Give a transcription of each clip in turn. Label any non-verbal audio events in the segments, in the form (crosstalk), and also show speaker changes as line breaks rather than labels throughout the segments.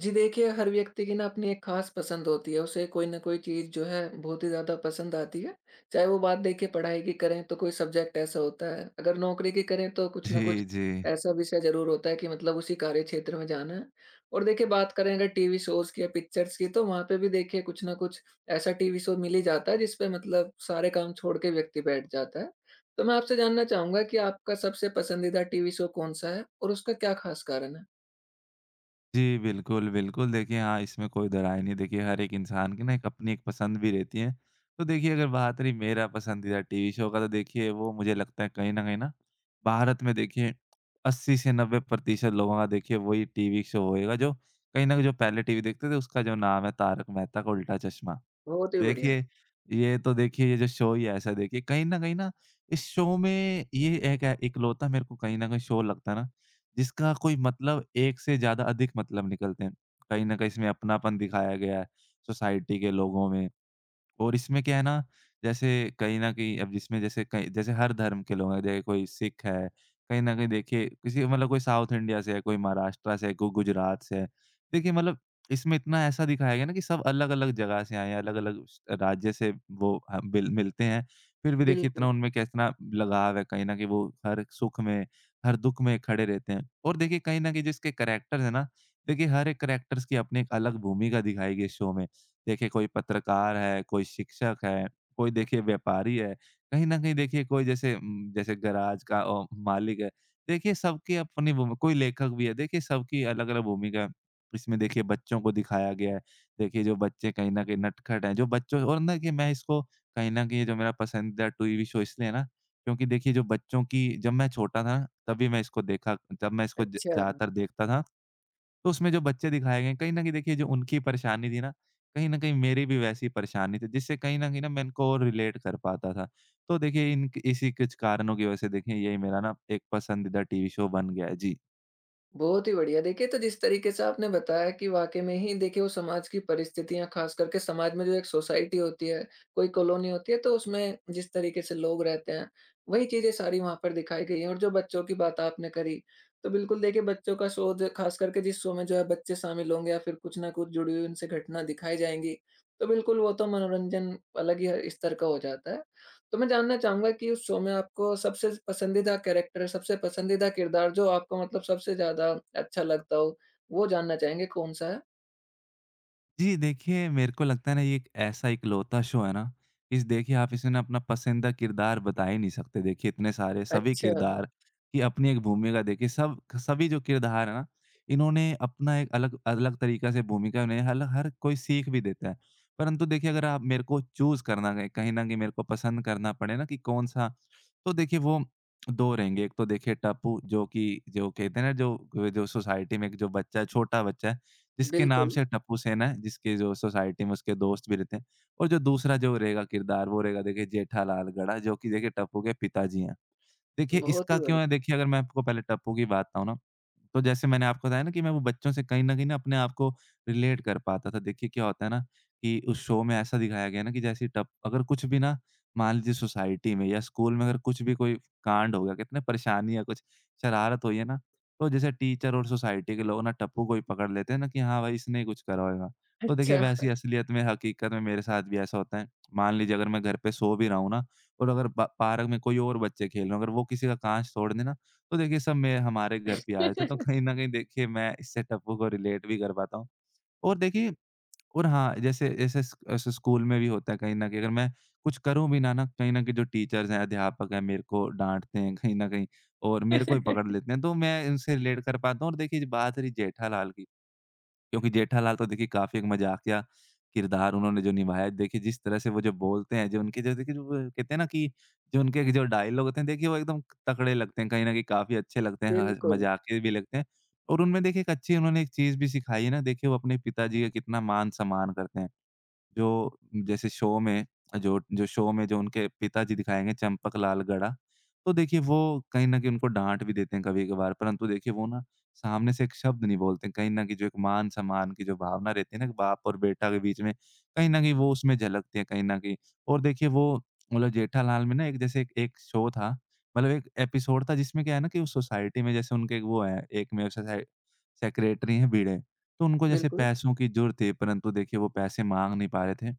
जी देखिए, हर व्यक्ति की ना अपनी एक ख़ास पसंद होती है, उसे कोई न कोई चीज़ जो है बहुत ही ज़्यादा पसंद आती है। चाहे वो बात देखिए पढ़ाई की करें तो कोई सब्जेक्ट ऐसा होता है, अगर नौकरी की करें तो कुछ न कुछ
जी, जी।
ऐसा विषय ज़रूर होता है कि मतलब उसी कार्य क्षेत्र में जाना है। और देखिए बात करें अगर टीवी शोज़ की या पिक्चर्स की तो वहाँ पे भी देखिए कुछ न कुछ ऐसा टीवी शो मिल ही जाता है जिसपे मतलब सारे काम छोड़ के व्यक्ति बैठ जाता है। तो मैं आपसे जानना चाहूँगा कि आपका सबसे पसंदीदा टीवी शो कौन-सा है और उसका क्या ख़ास कारण है?
जी, बिल्कुल, बिल्कुल। देखिए, हाँ, इसमें कोई दोहराय नहीं। देखिए, हर एक इंसान की ना एक अपनी एक पसंद भी रहती है। तो देखिए, अगर बात रही मेरा पसंदीदा टीवी शो का, तो देखिए, वो मुझे लगता है कहीं न कहीं ना, भारत में देखिए 80 से 90% लोगों का देखिए वही टीवी शो होएगा, जो कहीं न कहीं जो पहले टीवी देखते थे, उसका जो नाम है, तारक मेहता का उल्टा चश्मा।
बहुत ही बढ़िया।
देखिए, ये तो देखिए ये जो शो ही ऐसा है, देखिए कहीं न कहीं ना इस शो में ये एक है इकलौता मेरे को कहीं न कहीं शो लगता है ना, जिसका कोई मतलब एक से ज़्यादा अधिक मतलब निकलते हैं। कहीं न कहीं इसमें अपनापन दिखाया गया है, सोसाइटी के लोगों में। और इसमें क्या है ना, जैसे कहीं न कहीं अब जिसमें जैसे कई जैसे हर धर्म के लोग हैं, जैसे कोई सिख है, कहीं न कहीं देखिए किसी मतलब कोई साउथ इंडिया से है, कोई महाराष्ट्र से है, कोई गुजरात से है। देखिए मतलब इसमें इतना ऐसा दिखाया गया ना कि सब अलग-अलग जगह से आए हैं, अलग-अलग स राज्य से वो ह बिल मिलते हैं। फिर भी देखिए
बिल्कुल।
इतना उनमें कितना लगाव है, कहीं न कहीं वो हर सुख में, हर दुःख में खड़े रहते हैं। और देखिए कहीं न कहीं जिसके कैरेक्टर्स हैं ना, देखिए हर एक कैरेक्टर्स की अपनी एक अलग भूमिका दिखाई गई इस शो में। देखिए कोई पत्रकार है, कोई शिक्षक है, कोई देखिए व्यापारी है, कहीं न कहीं देखिए कोई जैसे जैसे गैराज का मालिक है। देखिए सबकी अपनी भूमि कोई लेखक भी है, देखिए सबकी अलग-अलग भूमिका है। इसमें देखिए बच्चों को दिखाया गया है, देखिए जो बच्चे कहीं न कहीं नटखट हैं, जो बच्चों और ना कि मैं इसको कहीं न कहीं ये जो मेरा पसंदीदा टीवी शो इसलिए है ना, क्योंकि देखिए जो बच्चों की जब मैं छोटा था, तभी मैं इसको देखा, जब मैं इसको ज
अच्छा,
ज़्यादातर देखता था। तो उसमें जो बच्चे दिखाए गए हैं, कहीं न कहीं देखिए जो उनकी परेशानी थी ना, कहीं न कहीं मेरी भी वैसी परेशानी थी, जिससे कहीं न कहीं ना मैं इनको और रिलेट कर पाता था। तो देखिए इन इसी कुछ कारणों की वजह से देखिए यही मेरा ना एक पसंदीदा टीवी शो बन गया है। जी।
बहुत ही बढ़िया। देखिए, तो जिस तरीके से आपने बताया कि वाक़ई में ही देखिए वो समाज की परिस्थितियाँ ख़ास करके समाज में जो एक सोसाइटी होती है, कोई कॉलोनी होती है तो उसमें जिस तरीके से लोग रहते हैं, वही चीज़ें सारी वहाँ पर दिखाई गई हैं। और जो बच्चों की बात आपने करी, तो बिल्कुल देखिए बच्चों का शोध ख़ास करके जिस शो में जो है बच्चे शामिल होंगे या फिर कुछ न कुछ जुड़ी हुई उनसे घटना दिखाई जाएँगी, तो बिल्कुल वो तो मनोरंजन अलग ही ह स्तर का हो जाता है। तो मैं जानना चाहूँगा कि उस शो में आपको सबसे पसंदीदा कैरेक्टर, सबसे पसंदीदा किरदार जो आपको मतलब सबसे ज़्यादा अच्छा लगता हो, वो जानना चाहेंगे कौन-सा है?
जी, देखिए मेरे को लगता है ना ये एक ऐसा इकलौता शो है ना, इस देखिए आप इसमें ना अपना पसंदीदा किरदार बता ही नहीं सकते। देखिए इतने सारे सभी
अच्छा।
किरदार की अपनी एक भूमिका, देखिए सब सभी जो किरदार है ना, इन्होंने अपना एक अलग अलग तरीक़े से भूमिका ने हल हर कोई सीख भी देता है। परंतु देखिए अगर आप मेरे को चूज़ करना है, कहीं न कहीं मेरे को पसंद करना पड़े ना कि कौन-सा, तो देखिए वो 2 रहेंगे। एक तो देखिए टप्पू, जो कि जो कहते हैं ना, जो जो सोसाइटी में एक जो बच्चा है, छोटा बच्चा है। जिसके नाम
बिल्कुल,
से टप्पू सेन है, जिसके जो सोसाइटी में उसके दोस्त भी रहते हैं, और जो दूसरा जो रहेगा किरदार, वो रहेगा देखिए जेठालाल गढ़ा, जो कि देखिए टप्पू के पिताजी हैं। देखिए,
बहुत
इसका
ही
क्यों है,
बढ़िया।
देखिए अगर मैं आपको पहले टप्पू की बात बताऊँ ना, तो जैसे मैंने आपको बताया ना कि मैं वो बच्चों से कहीं न कहीं ना अपने आप को रिलेट कर पाता था। देखिए क्या होता है ना कि उस शो में ऐसा दिखाया गया है ना कि जैसे टप अगर कुछ भी ना, मान लीजिए सोसाइटी में या स्कूल में अगर कुछ भी कोई कांड हो गया, कितने परेशानी या कुछ शरारत हुई है ना, तो जैसे टीचर और सोसाइटी के लोग ना टप्पू को ही पकड़ लेते हैं ना कि हाँ भाई इसने ही कुछ करा होगा। तो देखिए
अच्छा।
वैसे ही असलियत में, हकीकत में, मेरे साथ भी ऐसा होता है। मान लीजिए अगर मैं घर पे सो भी रहा हूँ ना, और अगर ब पार्क में कोई और बच्चे खेल रहे हों, अगर वो किसी का काँच तोड़ दें ना, तो देखिए सब मे हमारे घर पे आए थे, तो कहीं न कहीं देखिए मैं इस सेटअपों को रिलेट भी कर पाता हूँ। और देखिए, और हाँ, जैसे जैसे स ऐसे स्कूल में भी होता है, कहीं न कहीं अगर मैं कुछ करूँ भी ना ना, कहीं न कहीं जो टीचर्स हैं, अध्यापक हैं, मेरे को डाँटते हैं कहीं न कहीं और मेरे को ही पकड़ लेते हैं, तो मैं उनसे रिलेट कर पाता हूँ। और देखिए बात रही जेठालाल की, क्योंकि जेठालाल तो देखिए काफ़ी एक मज़ाकिया किरदार उन्होंने जो निभाया है, देखिए जिस तरह से वो जो बोलते हैं, जो उनके जो देखिए जो वो कहते हैं ना कि जो उनके जो डायलॉग होते हैं, देखिए वो एकदम तगड़े लगते हैं, कहीं न कहीं काफ़ी अच्छे लगते हैं, ह
बिल्कुल,
मज़ाकिया भी लगते हैं। और उनमें देखिए एक अच्छी उन्होंने एक चीज़ भी सिखाई है ना, देखिए वो अपने पिताजी का कितना मान-सम्मान करते हैं। जो जैसे शो में जो जो शो में जो उनके पिताजी दिखाएँगे चंपक लाल गड़ा, तो देखिए वो कहीं न कहीं उनको डाँट भी देते हैं कभी-कभार, परंतु देखिए वो ना सामने से एक शब्द नहीं बोलते हैं। कहीं न कहीं जो एक मान-सम्मान की जो भावना रहती है ना, कि बाप और बेटा के बीच में, कहीं न कहीं वो उसमें झलकती है कहीं न कहीं। और देखिए वो मतलब जेठालाल में ना एक जैसे एक एक शो था, मतलब एक एपिसोड था जिसमें क्या है ना कि उस सोसाइटी में जैसे उनके एक वो है, एक मेरे सोसाइ सेक्रेटरी हैं भिड़े। तो उनको जैसे
बिल्कुल।
पैसों की ज़रूरत थी, परंतु देखिए वो पैसे माँग नहीं पा रहे थे।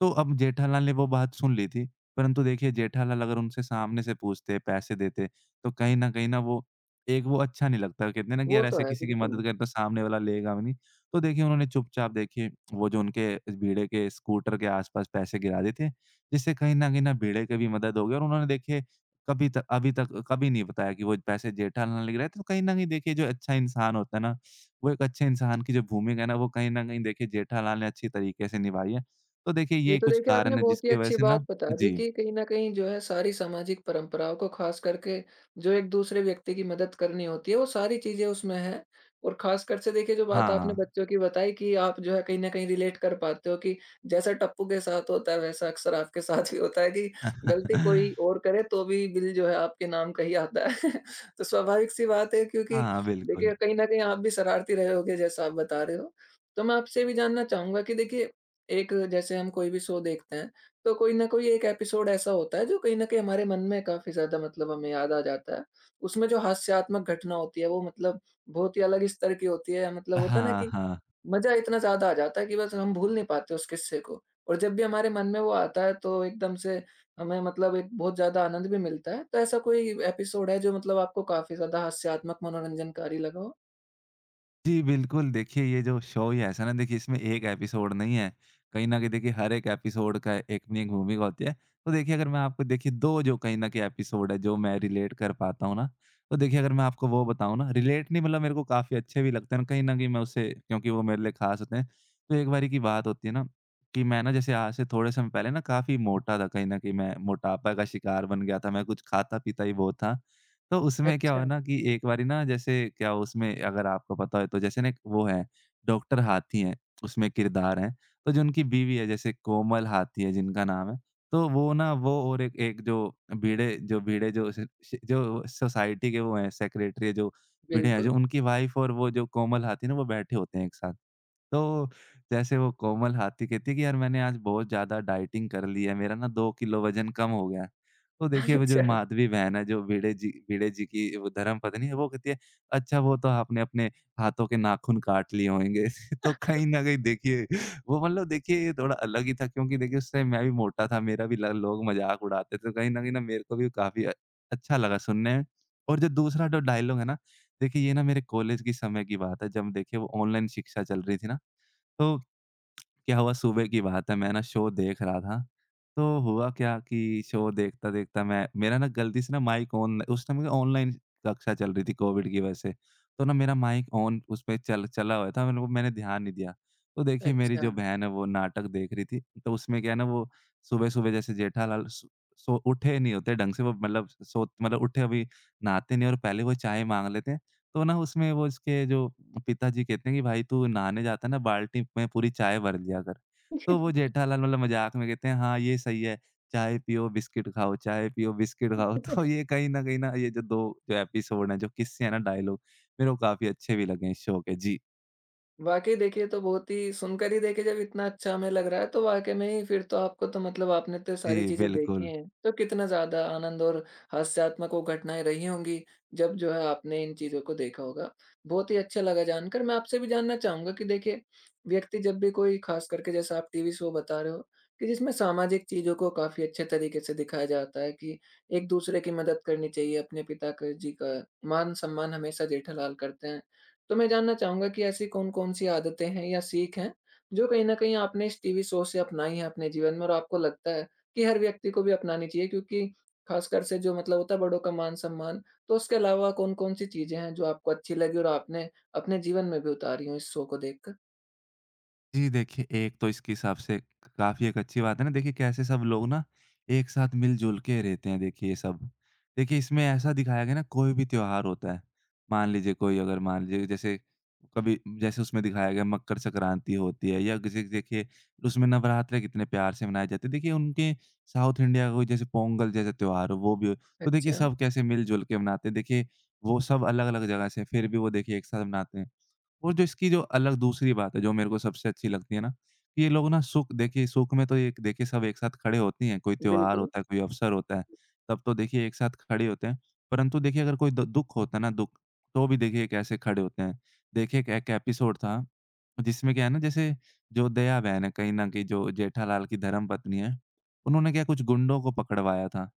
तो अब जेठालाल ने वो बात सुन ली थी, परंतु देखिए जेठालाल अगर उनसे सामने से पूछते, पैसे देते, तो कहीं न कहीं ना वो अच्छा नहीं लगता। कहते हैं ना कि
वो
यार
तो
ऐसे
है,
किसी की
बिल्कुल।
मदद करें तो सामने वाला लेगा भी नहीं। तो देखिए उन्होंने चुपचाप देखिए वो जो उनके भिड़े के स्कूटर के आस-पास पैसे गिरा दिए थे, जिससे कहीं न कहीं ना भिड़े की भी मदद हो गई, और उन्होंने देखिए कभी तक अभी तक कभी नहीं बताया कि वो पैसे जेठालाल ने गिराए थे। तो कहीं न कहीं देखिए जो अच्छा इंसान होता है ना, वो एक अच्छे इंसान की जो भूमिका है ना, वो कहीं न कहीं देखिए जेठालाल ने अच्छी तरीके से निभाई है। तो देखिए
ये
ये
तो
कुछ
देखिए
कारण
आपने
है
बहुत ही
जिसकी वजह
अच्छी
से ना,
बात बता दी
जी।
कि कहीं न कहीं जो है सारी सामाजिक परंपराओं को ख़ास करके जो एक-दूसरे व्यक्ति की मदद करनी होती है वो सारी चीज़ें उसमें हैं। और ख़ासकर से देखिए जो बात आपने
हाँ।
बच्चों की बताई कि आप जो है कहीं न कहीं रिलेट कर पाते हो कि जैसा टप्पू के साथ होता है वैसा अक्सर आपके साथ भी होता है कि गलती कोई
(laughs)
और करे तो भी बिल जो है आपके नाम का ही आता है। (laughs) तो स्वाभाविक सी बात है क्योंकि
हाँ, बिल्कुल।
देखिए कहीं न कहीं आप भी शरारती रहे होगे जैसा आप बता रहे हो। तो मैं आपसे ये भी जानना चाहूँगा कि देखिए एक जैसे हम कोई भी शो देखते हैं, तो कोई ना कोई एक एपिसोड ऐसा होता है जो कहीं न कहीं हमारे मन में काफ़ी ज़्यादा मतलब हमें याद आ जाता है। उसमें जो हास्यात्मक घटना होती है वो मतलब बहुत ही अलग स्तर की होती है, मतलब होता है ना
हाँ,
कि
हाँ।
मज़ा इतना ज़्यादा आ जाता है कि बस हम भूल नहीं पाते उस किस्से को। और जब भी हमारे मन में वो आता है तो एकदम से हमें मतलब एक बहुत ज़्यादा आनंद भी मिलता है। तो ऐसा कोई एपिसोड है जो मतलब आपको काफ़ी ज़्यादा हास्यात्मक मनोरंजनकारी लगा हो?
जी, बिल्कुल। देखिए, ये जो शो ही ऐसा है ना, देखिए इसमें एक एपिसोड नहीं है। कहीं न कहीं देखिए हर एक एपिसोड का एक न एक भूमिका होती है। तो देखिए अगर मैं आपको देखिए 2 जो कहीं न कहीं एपिसोड है जो मैं रिलेट कर पाता हूँ ना, तो देखिए अगर मैं आपको वो बताऊँ ना, रिलेट नहीं मतलब मेरे को काफ़ी अच्छे भी लगते हैं। कहीं न कहीं मैं उससे, क्योंकि वो मेरे लिए ख़ास होते हैं। तो एक बारी की बात होती है ना कि मैं ना जैसे आज से थोड़े समय पहले ना काफ़ी मोटा था। कहीं न कहीं मैं मोटापा का शिकार बन गया था। मैं कुछ खाता-पीता ही बहुत था। तो उसमें क्या हुआ
अच्छा,
ना कि एक बारी ना जैसे क्या हुआ, उसमें अगर आपको पता हो तो जैसे ना एक वो है डॉक्टर हाथी है, उसमें किरदार है। तो जो उनकी बीवी है जैसे कोमल हाथी है जिनका नाम है, तो वो ना वो और एक एक जो भिड़े जो भिड़े जो स जो सोसाइटी के वो हैं, सेक्रेटरी है जो भिड़े हैं,
बिल्कुल।
जो उनकी वाइफ़ और वो जो कोमल हाथी है ना, वो बैठे होते हैं एक साथ। तो जैसे वो कोमल हाथी कहती है कि यार मैंने आज बहुत ज़्यादा डाइटिंग कर ली है, मेरा ना 2 किलो वज़न कम हो गया है। तो
(laughs)
देखिए वो जो
अच्छा,
माधवी बहन है, जो भिड़े जी की वो धर्मपत्नी है, वो कहती है, "अच्छा वो तो आपने अपने हाथों के नाखून काट लिए होंगे।" (laughs) तो कहीं न कहीं देखिए वो मतलब देखिए ये थोड़ा अलग ही था, क्योंकि देखिए उस टाइम मैं भी मोटा था, मेरा भी ल लोग मज़ाक उड़ाते थे, तो कहीं न कहीं ना मेरे को भी काफ़ी अच्छा लगा सुनने में। और जो दूसरा जो डायलॉग है ना, देखिए ये ना मेरे कॉलेज के समय की बात है, जब देखिए वो ऑनलाइन शिक्षा चल रही थी ना, तो क्या हुआ, सुबह की बात है, मैं ना शो देख रहा था। तो हुआ क्या कि शो देखता-देखता मैं मेरा ना गलती से ना माइक ऑन, उस समय ऑनलाइन कक्षा चल रही थी कोविड की वजह से। तो ना मेरा माइक ऑन उसपे चल चला हुआ था, मैंने ध्यान नहीं दिया। तो देखिए मेरी
अच्छा।
जो बहन है वो नाटक देख रही थी। तो उसमें क्या है ना वो सुबह-सुबह जैसे जेठालाल सो उठे नहीं होते ढंग से, वो मतलब सो मतलब उठे अभी नहाते नहीं और पहले वो चाय माँग लेते हैं। तो ना उसमें वो इसके जो पिताजी कहते हैं कि भाई तू नहाने जाता है ना बाल्टी में पूरी चाय भर लिया कर। तो वो जेठालाल मतलब मज़ाक में कहते हैं हाँ, ये सही है, चाय पियो बिस्किट खाओ, चाय पियो बिस्किट खाओ। (laughs) तो
(laughs)
ये कहीं न कहीं ना ये जो 2 जो एपिसोड हैं, जो किस्से हैं ना डायलॉग मेरे को काफ़ी अच्छे भी लगे इस शो के। जी।
वाक़ई देखिए, ये तो बहुत ही सुनकर ही देखिए जब इतना अच्छा हमें लग रहा है, तो वाक़ई में ही फिर तो आपको तो मतलब आपने तो
जी,
सारी चीज़ें देखी
बिल्कुल।
हैं, तो कितना ज़्यादा आनंद और हास्यात्मक वो घटनाएँ रही होंगी, जब जो है आपने इन चीज़ों को देखा होगा। बहुत ही अच्छा लगा जानकर। मैं आपसे भी जानना चाहूँगा कि देखिए, व्यक्ति जब भी कोई ख़ास करके जैसा आप टीवी शो बता रहे हो, कि जिसमें सामाजिक चीज़ों को काफ़ी अच्छे तरीके से दिखाया जाता है कि एक-दूसरे की मदद करनी चाहिए, अपने पिता क जी का मान-सम्मान हमेशा जेठालाल करते हैं। तो मैं जानना चाहूँगा कि ऐसी कौन-कौन सी आदतें हैं या सीख हैं, जो कहीं न कहीं आपने इस टीवी शो से अपनाई हैं अपने जीवन में और आपको लगता है कि हर व्यक्ति को भी अपनानी चाहिए, क्योंकि खासकर से जो मतलब होता है बड़ों का मान-सम्मान, तो उसके अलावा कौन-कौन सी चीज़ें हैं जो आपको अच्छी लगी और आपने अपने जीवन में भी उतारी हों इस शो को देखकर?
जी देखिए, एक तो इसके हिसाब से काफ़ी एक अच्छी बात है ना देखिए कैसे सब लोग ना एक साथ मिल-जुल के रहते हैं देखिए ये सब। देखिए इसमें ऐसा दिखाया गया ना कोई भी त्योहार होता है, मान लीजिए कोई अगर मान लीजिए जैसे कभी जैसे उसमें दिखाया गया मकर संक्रांति होती है या किसी देखिए उसमें नवरात्रे कितने प्यार से मनाए जाते हैं। देखिए उनके साउथ इंडिया का कोई जैसे पोंगल जैसा त्योहार हो वो भी हो, तो देखिए
अच्छा,
सब कैसे मिल-जुल के मनाते हैं। देखिए वो सब अलग-अलग जगह से फिर भी वो देखिए एक साथ मनाते हैं। और जो इसकी जो अलग दूसरी बात है, जो मेरे को सबसे अच्छी लगती है ना, कि ये लोग ना सुख देखिए सुख में तो एक देखिए सब एक साथ खड़े होते ही हैं, कोई त्योहार
बिल्कुल।
होता है, कोई अवसर होता है, तब तो देखिए एक साथ खड़े होते हैं। परंतु देखिए अगर कोई द दुःख होता है ना दुःख, तो भी देखिए कैसे खड़े होते हैं। देखिए एक एक एपिसोड था, जिसमें क्या है ना जैसे जो दया बहन है, कहीं न कहीं जो जेठालाल की धर्मपत्नी है, उन्होंने क्या कुछ गुंडों को पकड़वाया था।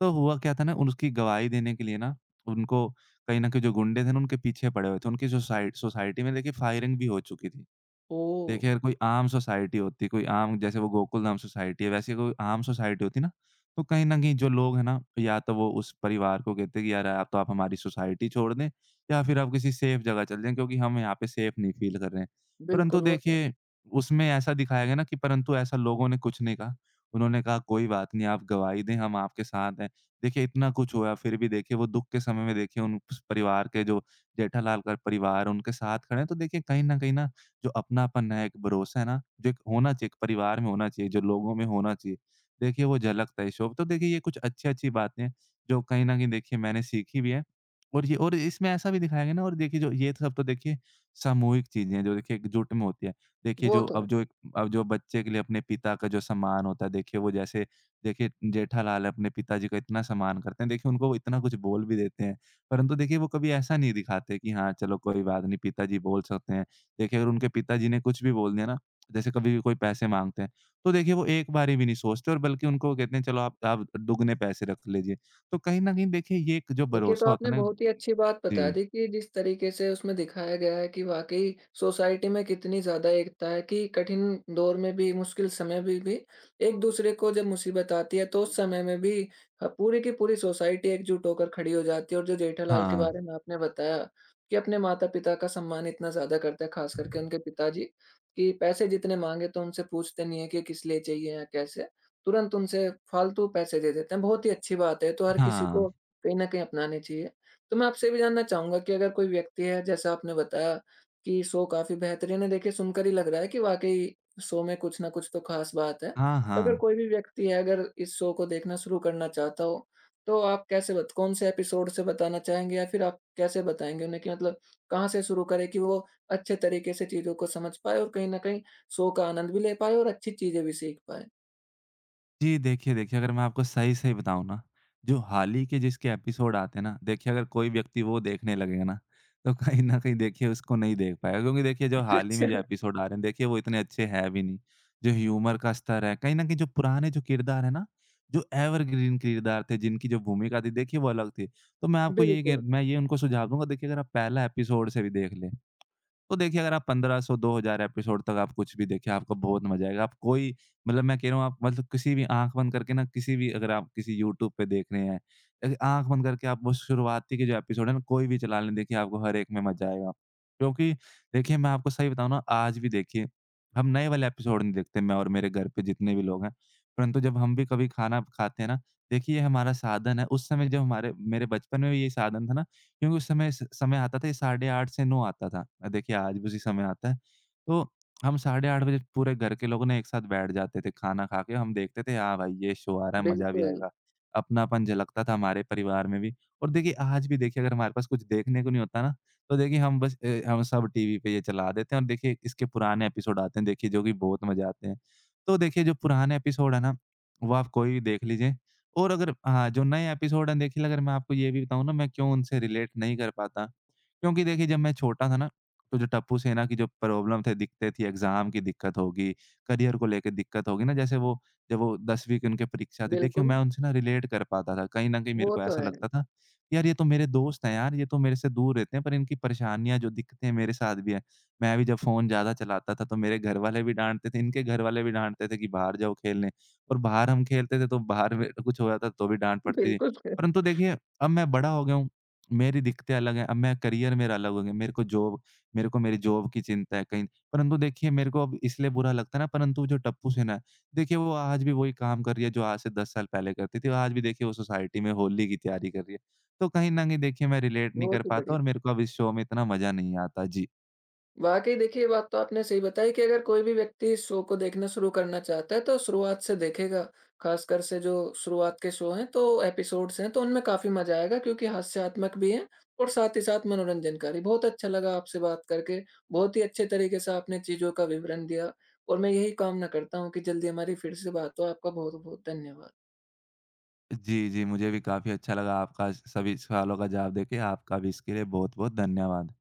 तो हुआ क्या था ना उसकी गवाही देने के लिए ना, उनको कहीं न कहीं जो गुंडे थे ना उनके पीछे पड़े हुए थे। उनकी सोसाइटी में देखिए फायरिंग भी हो चुकी थी।
ओह!
देखिए, अगर कोई आम सोसाइटी होती, कोई आम जैसे वो गोकुल धाम सोसाइटी है, वैसे कोई आम सोसाइटी होती ना, तो कहीं न कहीं जो लोग हैं ना, या तो वो उस परिवार को कहते कि यार, या तो आप हमारी सोसाइटी छोड़ दें या फिर आप किसी सेफ जगह चले जाएँ क्योंकि हम यहाँ पे सेफ नहीं फ़ील कर रहे हैं। परंतु
बिल्कुल, वो तो है।
देखिए, उसमें ऐसा दिखाया गया ना कि परंतु ऐसा लोगों ने कुछ नहीं कहा। उन्होंने कहा, "कोई बात नहीं, आप गवाही दें, हम आपके साथ हैं।" देखिए, इतना कुछ हुआ फिर भी देखिए वो दुःख के समय में देखिए उन उस परिवार के जो जेठालाल का परिवार, उनके साथ खड़े हैं, तो देखिए कहीं न कहीं ना जो अपनापन है, एक भरोसा है ना, जो एक होना चाहिए, एक परिवार में होना चाहिए, जो लोगों में होना चाहिए, देखिए वो झलकता है शो। तो देखिए ये कुछ अच्छी-अच्छी बातें हैं, जो कहीं न कहीं देखिए मैंने सीखी भी हैं और ये और इसमें ऐसा भी दिखाया गया ना और देखिए जो ये सब तो देखिए सामूहिक चीज़ें हैं, जो देखिए एकजुट में होती है। देखिए
वो
जो
तो
अब जो एक अब जो बच्चे के लिए अपने पिता का जो सम्मान होता है, देखिए वो जैसे देखिए जेठालाल है, अपने पिताजी का इतना सम्मान करते हैं, देखिए उनको वो इतना कुछ बोल भी देते हैं, परंतु देखिए वो कभी ऐसा नहीं दिखाते कि हाँ, चलो कोई बात नहीं, पिताजी बोल सकते हैं। देखिए, अगर उनके पिताजी ने कुछ भी बोल दिया ना, जैसे कभी भी कोई पैसे माँगते हैं, तो देखिए वो एक बारी भी नहीं सोचते और बल्कि उनको वो कहते हैं चलो आप दुगने पैसे रख लीजिए। तो कहीं न कहीं देखिए ये एक जो
देखिए, तो
भरोसा होता
आपने
है ना।
बहुत ही अच्छी बात बता
जी।
दी कि जिस तरीके से उसमें दिखाया गया है कि वाक़ई सोसाइटी में कितनी ज़्यादा एकता है कि कठिन दौर में भी, मुश्किल समय में भी एक-दूसरे को जब मुसीबत आती है, तो उस समय में भी ह पूरी की पूरी सोसाइटी एकजुट होकर खड़ी हो जाती है। और जो जेठालाल के
हाँ।
बारे में आपने बताया कि अपने माता-पिता का सम्मान इतना ज़्यादा करते हैं, ख़ास करके उनके पिताजी, कि पैसे जितने माँगे तो उनसे पूछते नहीं है कि किस लिए चाहिए या कैसे, तुरंत उनसे फ़ालतू पैसे दे देते हैं। बहुत ही अच्छी बात है, तो हर किसी
हाँ।
को कहीं न कहीं अपनाने चाहिए। तो मैं आपसे भी जानना चाहूँगा कि अगर कोई व्यक्ति है, जैसा आपने बताया कि शो काफ़ी बेहतरीन है, देखिए सुनकर ही लग रहा है कि वाक़ई शो में कुछ न कुछ तो ख़ास बात है।
हाँ,
तो अगर
हाँ।
कोई भी व्यक्ति है, अगर इस शो को देखना शुरू करना चाहता हो, तो आप कैसे बत कौन-से एपिसोड से बताना चाहेंगे या फिर आप कैसे बताएँगे उन्हें कि मतलब कहाँ से शुरू करें कि वो अच्छे तरीके से चीज़ों को समझ पाएँ और कहीं न कहीं शो का आनंद भी ले पाएँ और अच्छी चीज़ें भी सीख पाएँ? हुँ,
जी, देखिए देखिए, अगर मैं आपको सही-सही बताऊँ ना, जो हाल ही के जिसके एपिसोड आते हैं ना, देखिए अगर कोई व्यक्ति वो देखने लगेगा ना, तो कहीं न कहीं देखिए उसको नहीं देख पाएगा क्योंकि देखिए जो
हुँ। (laughs)
हाल ही
अच्छा,
में जो एपिसोड आ रहे हैं, देखिए वो इतने अच्छे हैं भी नहीं। जो ह्यूमर का स्तर है, कहीं न कहीं जो पुराने जो किरदार हैं ना, जो एवरग्रीन किरदार थे, जिनकी जो भूमिका थी देखिए वो अलग थी। तो मैं आपको ये कह
बिल्कुल,
मैं ये उनको सुझाव दूँगा देखिए अगर आप पहला एपिसोड से भी देख लें, तो देखिए अगर आप 1500 2000 एपिसोड तक आप कुछ भी देखें, आपको बहुत मज़ा आएगा। आप कोई मतलब मैं कह रहा हूँ आप मतलब किसी भी आँख बंद करके ना किसी भी अगर आप किसी यूट्यूब पे देख रहे हैं, आँख बंद करके आप वो शुरुआती के जो एपिसोड है ना कोई भी चला लें देखिए आपको हर एक में मज़ा आएगा। क्योंकि देखिए मैं आपको सही बताऊँ ना आज भी देखिए, हम नए वाले एपिसोड नहीं देखते मैं और मेरे घर पे जितने भी लोग हैं। परंतु जब हम भी कभी खाना खाते हैं ना, देखिए ये हमारा साधन है। उस समय जब हमारे मेरे बचपन में भी ये साधन था ना क्योंकि उस समय स समय आता था ये 8:30 से 9 आता था। देखिए आज भी उसी समय आता है। तो हम 8:30 बजे पूरे घर के लोगों ने एक साथ बैठ जाते थे खाना खा के। हम देखते थे हाँ भाई ये शो आ रहा है, मज़ा भी
बिल्कुल,
आएगा। अपनापन झलकता था हमारे परिवार में भी। और देखिए आज भी देखिए अगर हमारे पास कुछ देखने को नहीं होता ना, तो देखिए हम बस हम सब टीवी पे ये चला देते हैं और देखिए इसके पुराने एपिसोड आते हैं देखिए जो कि बहुत मज़े आते हैं। तो देखिए जो पुराने एपिसोड है ना, वो आप कोई भी देख लीजिए और अगर हाँ, जो नए एपिसोड हैं देखिए अगर मैं आपको ये भी बताऊँ ना मैं क्यों उनसे रिलेट नहीं कर पाता, क्योंकि देखिए जब मैं छोटा था ना, तो जो टप्पू सेना की जो प्रॉब्लम थे दिखते थी एग्ज़ाम की दिक्कत होगी, करियर को लेके दिक्कत होगी ना जैसे वो जब वो 10वीं की उनकी परीक्षा थी देखिए
बिल्कुल।
मैं उनसे ना रिलेट कर पाता था। कहीं न कहीं मेरे
वो
को
तो
ऐसा
है।
लगता था, यार ये तो मेरे दोस्त हैं यार, ये तो मेरे से दूर रहते हैं पर इनकी परेशानियाँ जो दिक्कतें मेरे साथ भी हैं। मैं भी जब फ़ोन ज़्यादा चलाता था तो मेरे घर वाले भी डाँटते थे, इनके घर वाले भी डाँटते थे कि बाहर जाओ खेलने। और बाहर हम खेलते थे तो बाहर में कुछ हो जाता तो भी डाँट पड़ती थी।
बिल्कुल। (laughs)
परंतु देखिए अब मैं बड़ा हो गया हूँ, मेरी दिक्कतें अलग हैं, अब मैं करियर मेरा अलग हो गया, मेरे को जॉब मेरे को मेरी जॉब की चिंता है कहीं परंतु देखिए मेरे को अब इसलिए बुरा लगता है ना परंतु जो टप्पू सेना है, देखिए वो आज भी वही काम कर रही है जो आज से 10 साल पहले करती थी और आज भी देखिए वो सोसाइटी में होली की तैयारी कर रही है। तो कहीं न कहीं देखिए मैं रिलेट नहीं कर
बहुत ही
पाता
बढ़िया।
और मेरे को अब इस शो में इतना मज़ा नहीं आता। जी।
वाक़ई देखिए, ये बात तो आपने सही बताई कि अगर कोई भी व्यक्ति इस शो को देखना शुरू करना चाहता है तो शुरुआत से देखेगा। ख़ासकर से जो शुरुआत के शो हैं तो एपिसोड्स हैं तो उनमें काफ़ी मज़ा आएगा, क्योंकि हास्यात्मक भी हैं और साथ ही साथ मनोरंजनकारी। बहुत अच्छा लगा आपसे बात करके, बहुत ही अच्छे तरीके से आपने चीज़ों का विवरण दिया और मैं यही कामना करता हूँ कि जल्दी हमारी फिर से बात हो। आपका बहुत-बहुत धन्यवाद।
जी, जी, मुझे भी काफ़ी अच्छा लगा आपका सभी सवालों का जवाब देके, आपका भी इसके लिए बहुत-बहुत धन्यवाद।